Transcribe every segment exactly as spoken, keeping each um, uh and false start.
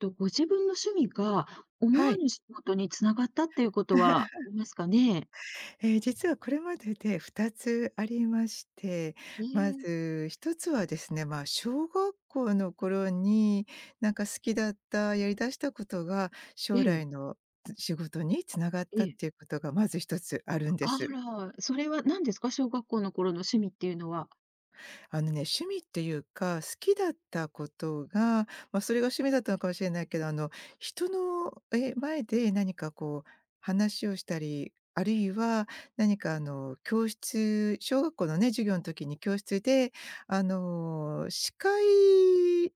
と、ご自分の趣味が思はわい。ぬ仕事に繋がったっていうことはあ りますかね？えー実はこれまででふたつありまして、えまえ、ずひとつはですね、まあ、小学校の頃に、なんか好きだった、やりだしたことが、え将え、来の仕事に繋がっえたっえ。ていうことがまずひとつあるんであす。ら、それは何ですか？小学校の頃の趣味っていうのは。あのね、趣味っていうか、好きだったことが、まあ、それが趣味だったのかもしれないけど、あの、人の、え、前で何かこう話をしたり、あるいは何かあの、教室小学校のね、授業の時に教室で、あの、司会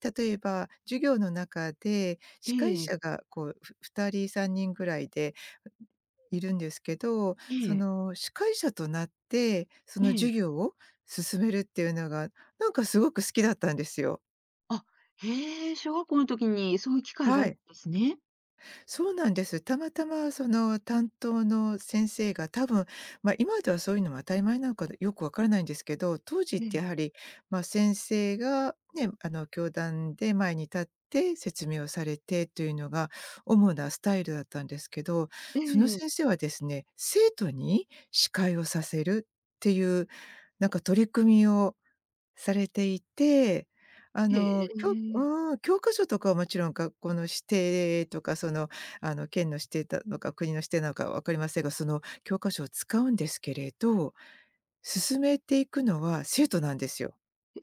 例えば授業の中でえ司会え、者がこう、ふふたりさんにんぐらいでいるんですけど、えそえ、の司会者となって、そえの授え。業を進めるっていうのが、なんかすごく好きだったんですよ。あ、へえ、小学校の時にそういう機会があはったい。んですね。そうなんです。たまたまその担当の先生が多分、まあ、今ではそういうのも当たり前なのかよくわからないんですけど、当時っえてやえ、はり、まあ、先生がね、あの、教壇で前に立って説明をされてというのが主なスタイルだったんですけど、えそのえ、先生はですね、生徒に司会をさせるっていう、なんか取り組みをされていて、あへの、教、え。うん、教科書とかはもちろん学校の指定とか、その、あの、県の指定だのか、国の指定なのか分かりませんが、その教科書を使うんですけれど、進めていくのは生徒なんですよ。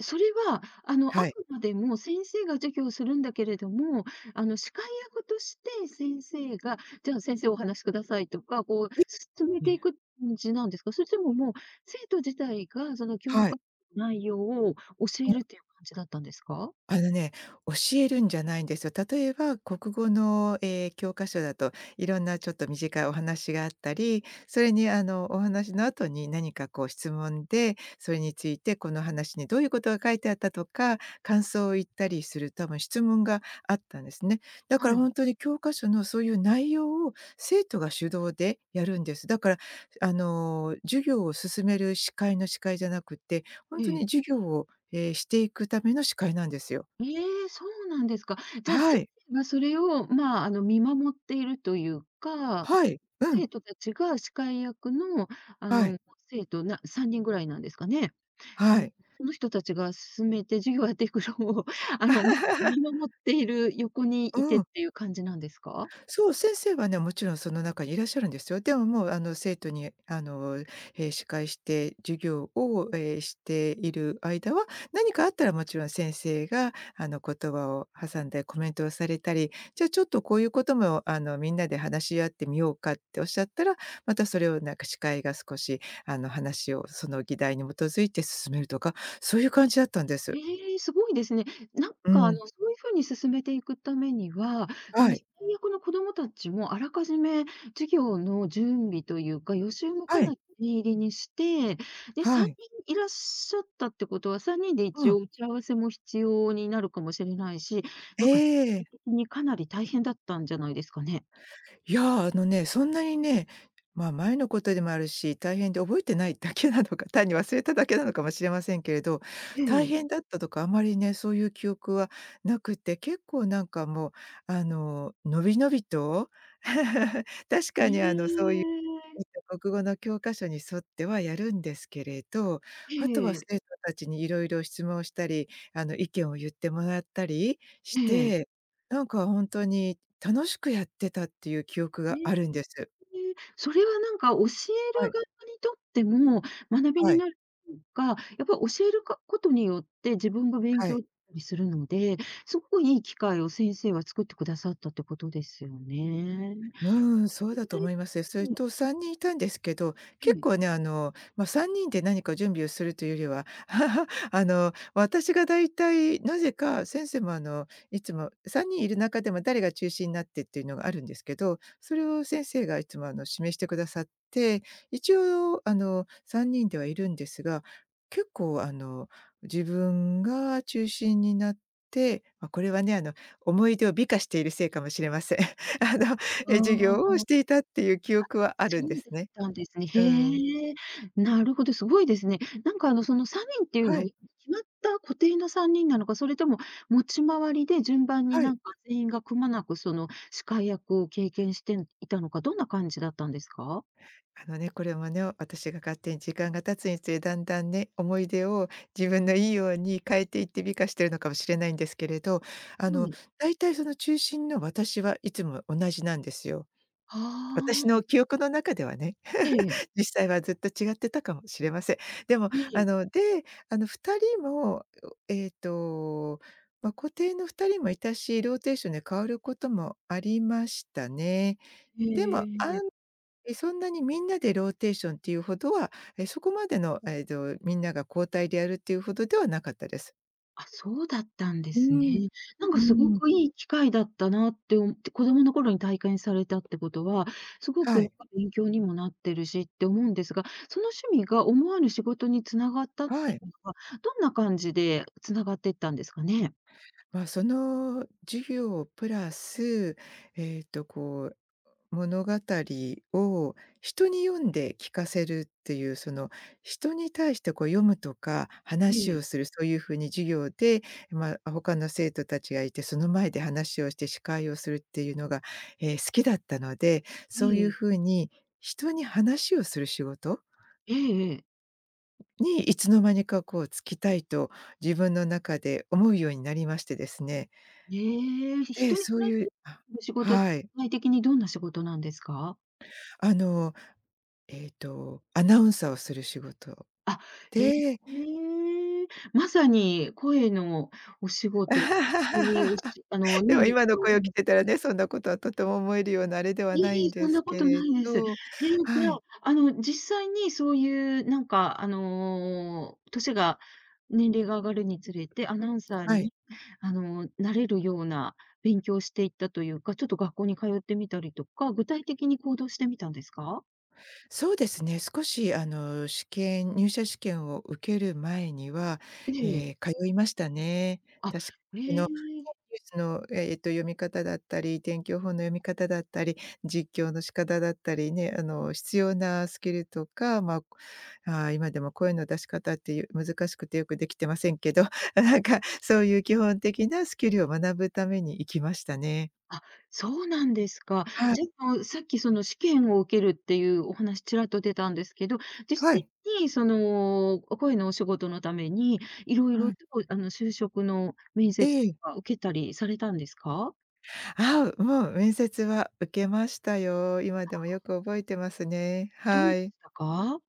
それは、あの、あはい。くまでも先生が授業をするんだけれども、あの、司会役として先生が、じゃあ先生お話しくださいとか、こう、進めえてえ、いく感じなんですか？それとももう、生徒自体がその教は科い。の内容を教えるっていう感じだったんですか？あのね、教えるんじゃないんですよ。例えば国語の、えー教科書だと、いろんなちょっと短いお話があったり、それにあの、お話の後に何かこう質問で、それについてこの話にどういうことが書いてあったとか、感想を言ったりする多分質問があったんですね。だかはらい。本当に教科書のそういう内容を生徒が主導でやるんです。だから、あの、授業を進める司会の司会じゃなくて、本え当にえ。授業をえーしていくための司会なんですよ。ええ、そうなんですか。じゃあ、は先い。生がそれを、まあ、あの、見守っているというか、はい。うん。生徒たちが司会役の、あはい。の、生徒なさんにんぐらいなんですかね？あはの、い。その人たちが進めて授業をやっていくのを、あの、ま、見 守っている横にいてうっん。ていう感じなんですか？そう、先生はね、もちろんその中にいらっしゃるんですよ。でももう、あの、生徒に、あの、え、司会して授業を、え、している間は、何かあったらもちろん先生が、あの、言葉を挟んでコメントをされたり、じゃあちょっとこういうことも、あの、みんなで話し合ってみようかっておっしゃったら、またそれをなんか司会が少し、あの、話をその議題に基づいて進めるとか、そういう感じだったんです。ええ、すごいですね。なんうか、あの、ん。そういうふうに進めていくためには、そはの、最い。役の子どもたちもあらかじめ授業の準備というか、予習もはかない。り念入りにして、で、は3い。人いらっしゃったってことは、さんにんでう一ん。応打ち合わせも必要になるかもしれないし、えなんか、え。的にかなり大変だったんじゃないですかね？いや、あのね、そんなにね、まあ、前のことでもあるし、大変で覚えてないだけなのか、単に忘れただけなのかもしれませんけれど、え大え。変だったとかあまりね、そういう記憶はなくて、結構なんかもう、あの、のびのびと、確かにあの、そねういう、え。国語の教科書に沿ってはやるんですけれど、えあとはえ、生徒たちにいろいろ質問したり、あの、意見を言ってもらったりしええ。て、なんか本当に楽しくやってたっていう記憶へがえ、あるんです。それはなんか教える側はい、にとっても学びはにい、なるとか、やっぱり教えるかことによって自分が勉は強い。したりするので、すごくいい機会を先生は作ってくださったってことですよね。うん、そうえだと思え、います。それとさんにんいたんですけど、え結え。構ね、あの、まあ、さんにんで何か準備をするというよりは、あの、私が大体なぜか先生も、あの、いつもさんにんいる中でも誰が中心になってっていうのがあるんですけど、それを先生がいつも、あの、示してくださって、一応、あの、さんにんではいるんですが、結構、あの、自分が中心になって、ま、これはね、あの、思い出を美化しているせいかもしれません。あのあえ、授業あ。をしていたっていう記憶はあそるんでうすだっね。たんですね。うん。へえ、なるほど、すごいですね。なんかあの、そのさんにんっていうはのは、い、決まった固定のさんにんなのか、それとも持ち回りで順番にはない。んか全員がくまなくその司会役を経験していたのか、どんな感じだったんですか？あのね、これもね、私が勝手に時間が経つにつれ、だんだんね、思い出を自分のいいように変えていって美化してるのかもしれないんですけれど、あはの、い。だいたいその中心の私はいつも同じなんですよ。あ私あ、の記憶の中ではね。ええ、実際はずっと違ってたかもしれません。でも、ええ、あの、で、あの、ふたりも、えっと、ま、固定のふたりもいたし、ローテーションで変わることもありましたね。ええでも、ええあえええんえ。え、そんなにみんなでローテーションっていうほどは、え、そこまでの、えっと、みんなが交代でやるっていうほどではなかったです。あ、そうだったんでうーすね。ん、うなんかーすごん。くいい機会だったなって思って子供の頃に体験されたってことは、すごはくなんい、か勉強にもなってるしって思うんですが、その趣味が思わぬ仕事に繋がったってはいい。うのは、どんな感じで繋がっていったんですかね？まあ、その授業プラス、えっと、こう、物語を人に読んで聞かせるっていう、その、人に対してこう読むとか、え話をえ、する、そういう風に授業で、まあ、他の生徒たちがいて、その前で話をして司会をするっていうのが、え、好きだったので、えそういうえ、風に人に話をする仕事ええええ。にいつの間にかこう就きたいと自分の中で思うようになりましてですね。ええ、で、人にそ話うをいすう、あ、る仕事ってはい。具体的にどんな仕事なんですか？あの、えっと、アナウンサーをする仕事あ、へで。 え。まさに声のお仕事、ほんとにお しあの、でもね、今の声を聞い てたらね、そんなことはとても思えるようなあれではないいんいそでんすなこけとれないです。へえ、ど。じはゃい、あ、あの、実際にそういうなんか、あの、年が年齢が上がるにつれて、アナウンサーはい。に、あの、なれるような勉強をしていったというか、ちょっと学校に通ってみたりとか、具体的に行動してみたんですか？そうですね、少しあの試験入社試験を受ける前には、ええ。えー通いましたね。あ、確か、へあの、ね、え。ニュースの、ええと、読み方だったり、天気予報の読み方だったり、実況の仕方だったりね、あの、必要なスキルとか、ま、ああ、今でも声の出し方っていう難しくてよくできてませんけど、なんかそういう基本的なスキルを学ぶために行きましたね。あ、そうなんですか。はい。じゃあ、あの、さっきその試験を受けるっていうお話ちらっと出たんですけど、実は際い。にその、声のお仕事のために、いろいはろい。とあの、就職の面え接とえ。か受けたりされたんですか？ああ、もう面接は受けましたよ。今でもよく覚えてますね。どうではしい。たか？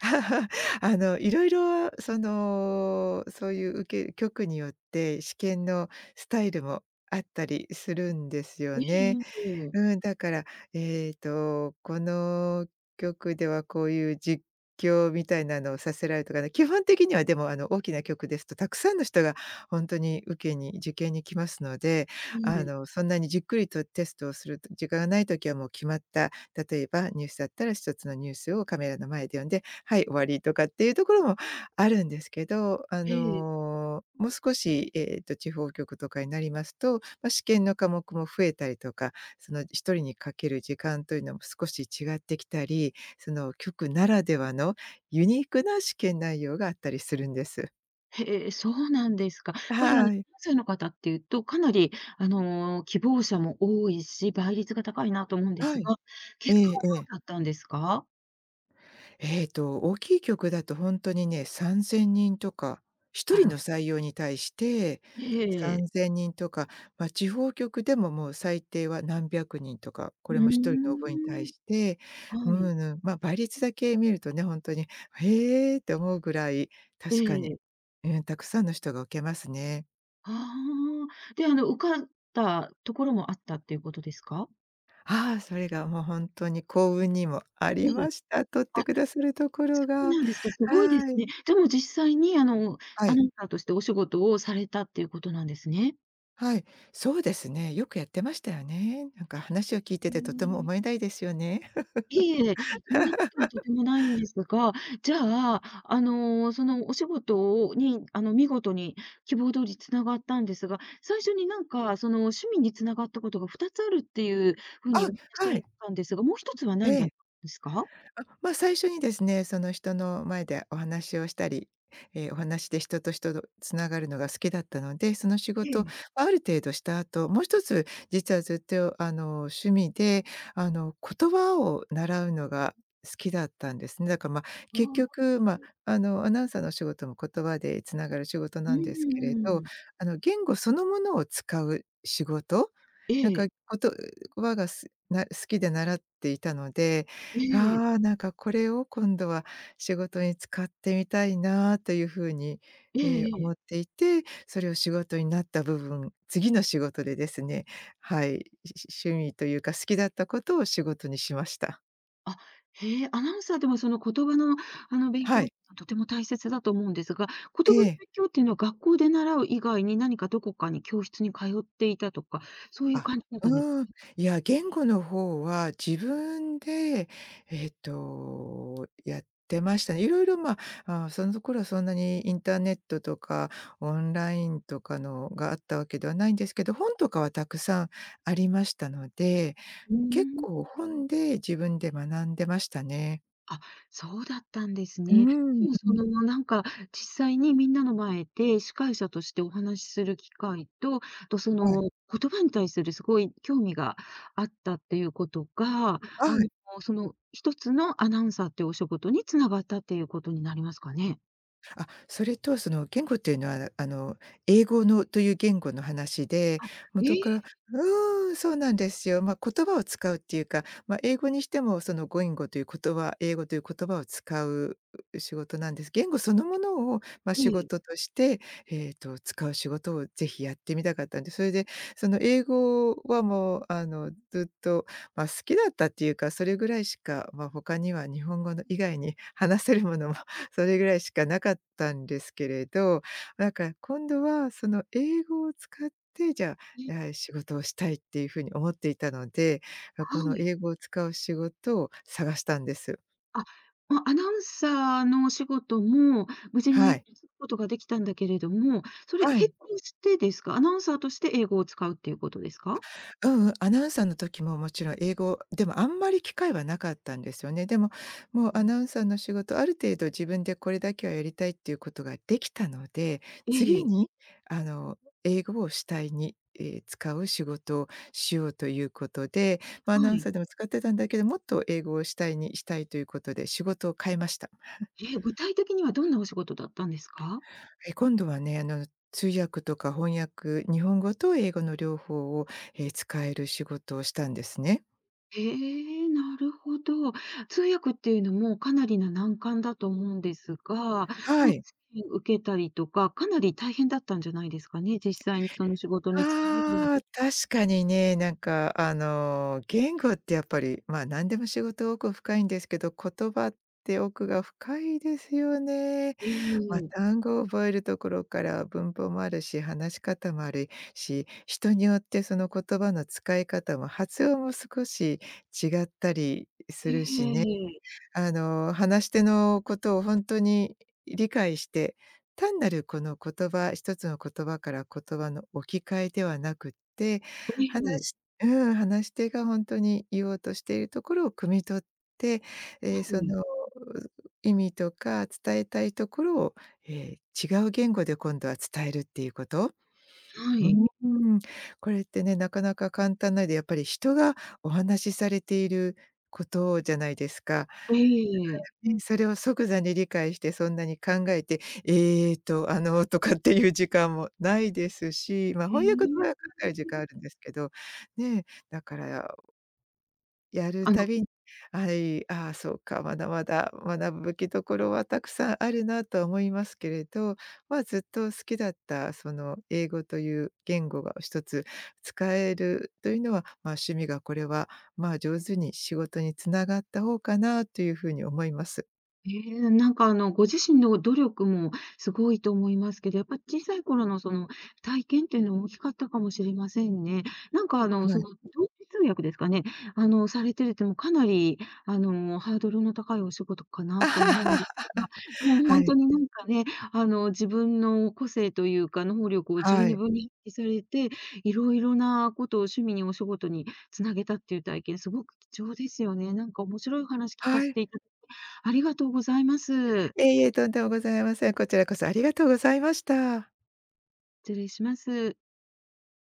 あの、いろいろその、そういう受け局によって試験のスタイルもあったりするんですよえね。えええ。うん、だから、えっと、この曲ではこういう実況みたいなのをさせられるとかね、基本的にはでも、あの、大きな曲ですとたくさんの人が本当に受けに受験に来ますので、あええ。の、そんなにじっくりとテストをする時間がないときはもう決まった、例えばニュースだったら一つのニュースをカメラの前で読んで、はい、終わりとかっていうところもあるんですけど、あええ。の、もう少し、えっと、地方局とかになりますと、まあ、試験の科目も増えたりとかその一人にかける時間というのも少し違ってきたり、その局ならではのユニークな試験内容があったりするんです。へえ、そうなんですか。やっぱりあの、はい。関西の方っていうと、かなりあの、希望者も多いし、倍率が高いなと思うんではすい。が、え結果えはどええ。うだったんですか？えーと、大きい局だと本当にね、さんぜんにんとか、1あ人ら、の採用に対してええ。さんぜんにんとか、まあ、地方局でももう最低は何百人とか、うこれもひとりの応募に対ーん、して、はうんい。うん、まあ、倍率だけ見るとね、本当に「へー」って思うぐらい、確かに、ええうん、たくさんの人が受けますね。ああ、で、あの、受かったところもあったっていうことですか？ああ、それがもう本当に幸運にもあえりえ。ました。取っあ、てくださるところそうが。なんですか、すごいですはい。ね。でも実際に、あの、はアい。ナウンサーとしてお仕事をされたっていうことなんですね。はい、そうですね。よくやってましたよね。なんか話へを聞いててとてもえ。思いないですよね。いえいえ、そんなことはとてもないんですが、じゃあ、あの、そのお仕事をに、あの、見事に希望通りつながったんですが、最初になんか、その趣味につながったことがふたつあるっていうふうあ、にお話しさはれい、てたんですが、もう一つはえ何だっえ。たんですか？あ、まあ、最初にですね、その人の前でお話をしたり、え、お話で人と人とつながるのが好きだったので、その仕え事、え。ある程度した後、もう一つ実はずっとあの、趣味で、あの、言葉を習うのが好きだったんですね。だから、ま、あ結あ、局、まあ、あの、アナウンサーの仕事も言葉でつながる仕事うなんんですうんけれうんうど、ん。あの、言語そのものを使う仕事、えなんか、え、言葉がすな好きで習っていたので、ええ、ああ、なんかこれを今度は仕事に使ってみたいなというふうに、ええーええ思っえ。ていて、それを仕事になった部分、次の仕事でですね、はい、し趣味というか好きだったことを仕事にしました。あ、へえ、アナウンサーでもその言葉の、あの、勉は強はい。とても大切だと思うんですが、え言葉のえ。勉強っていうのは学校で習う以外に何かどこかに教室に通っていたとか、そういうあ、感じだったんですか？うん。いや、言語の方は自分で、えっと、やってましたね。いろいろま、ああ、その頃はそんなにインターネットとかオンラインとかのがあったわけではないんですけど、本とかはたくさんありましたので、うー結ん。構本で自分で学んでましたね。あ、そうだったんですうね。ん、うでもそん。の、なんか、実際にみんなの前で司会者としてお話しする機会と、あとそはい。の、言葉に対するすごい興味があったっていうことが、はあの、い。その、一つのアナウンサーっていうお仕事に繋がったっていうことになりますかね？あ、それとその言語っていうのは、あの、英語のという言語の話で、え元かえ、らうーん、そうなんですよ。ま、言葉を使うっていうか、ま、英語にしてもその語彙語という言葉英語という言葉を使う仕事なんです。言語そのものを、ま、え仕え、事として、えっと、使う仕事をぜひやってみたかったんで、それで、その英語はもう、あの、ずっと、ま、好きだったっていうか、それぐらいしか、ま、他には日本語の以外に話せるものもそれぐらいしかなかったんですけれど、なんから今度はその英語を使って、じゃえ、あ、あ仕事をしたいっていうふうに思っていたので、あ、このはい。英語を使う仕事を探したんです。あ、まあ、アナウンサーのお仕事も無事はにい。することができたんだけれども、それは並い。行してですか？アナウンサーとして英語を使うっていうことですか？うんうん、アナウンサーの時ももちろん英語、でもあんまり機会はなかったんですよね。でも、もううアん、ナウンサーの仕事、ある程度自分でこれだけはやりたいっていうことができたので、え次え、にあの、英語を主体に、え、使う仕事をしようということで、まあ、アナウはンい。サーでも使ってたんだけど、もっと英語を主体にしたいということで仕事を変えました。ええ、具体的にはどんなお仕事だったんですか？え、今度はね、あの、通訳とか翻訳、日本語と英語の両方を、え、使える仕事をしたんですね。へえ、なるほど。通訳っていうのもかなりな難関だと思うんですが、ま、はい。試験受けたりとか、かなり大変だったんじゃないですかね、実際にその仕事に就かれるまあで。あ、確かにね、なんかあの、言語ってやっぱり、まあ、何でも仕事奥深いんですけど、言葉って奥が深いですよね。えまあ、え、単語を覚えるところから文法もあるし、話し方もあるし、人によってその言葉の使い方も発音も少し違ったりすええ、るしね。ええ、あの、話し手のことを本当に理解して、単なるこの言葉、一つの言葉から言葉の置き換えではなくって、え話え、しうん、話し手が本当に言おうとしているところを汲み取って、えーその意味とか伝えたいところを、えー違う言語で今度は伝えるっていうこと。はうい。ん、これってね、なかなか簡単ないで、やっぱり人がお話しされていることじゃないですか。ええ、ね、それを即座に理解して、そんなに考えて、「ええと、あの」とかっていう時間もないですし、ま、へ翻訳とえ。は考える時間あるんですけど、ね、だから、やるあのたびに、はい、ああ、そうか、まだまだ学ぶべきところはたくさんあるなとは思いますけれど、ま、ずっと好きだった、その、英語という言語が一つ使えるというのは、ま、趣味がこれは、まあ、上手に仕事に繋がった方かなという風に思います。ええ、なんかあの、ご自身の努力もすごいと思いますけど、やっぱり小さい頃のその体験っていうのは大きかったかもしれませんね。なんかあの、はそい。の、同時通訳ですかね。あの、されてるってもかなり、あの、ハードルの高いお仕事かなと思うんですが、もうほはんとい、になんかね、あの、自分の個性というか、能力を十は二い、分に発揮されて、いろいろなことを趣味にお仕事につなげたっていう体験、すごく貴重ですよね。なんか面白い話聞かはせい。ていたありがとうございます。いえいえ、とんでもございません。こちらこそありがとうございました。失礼します。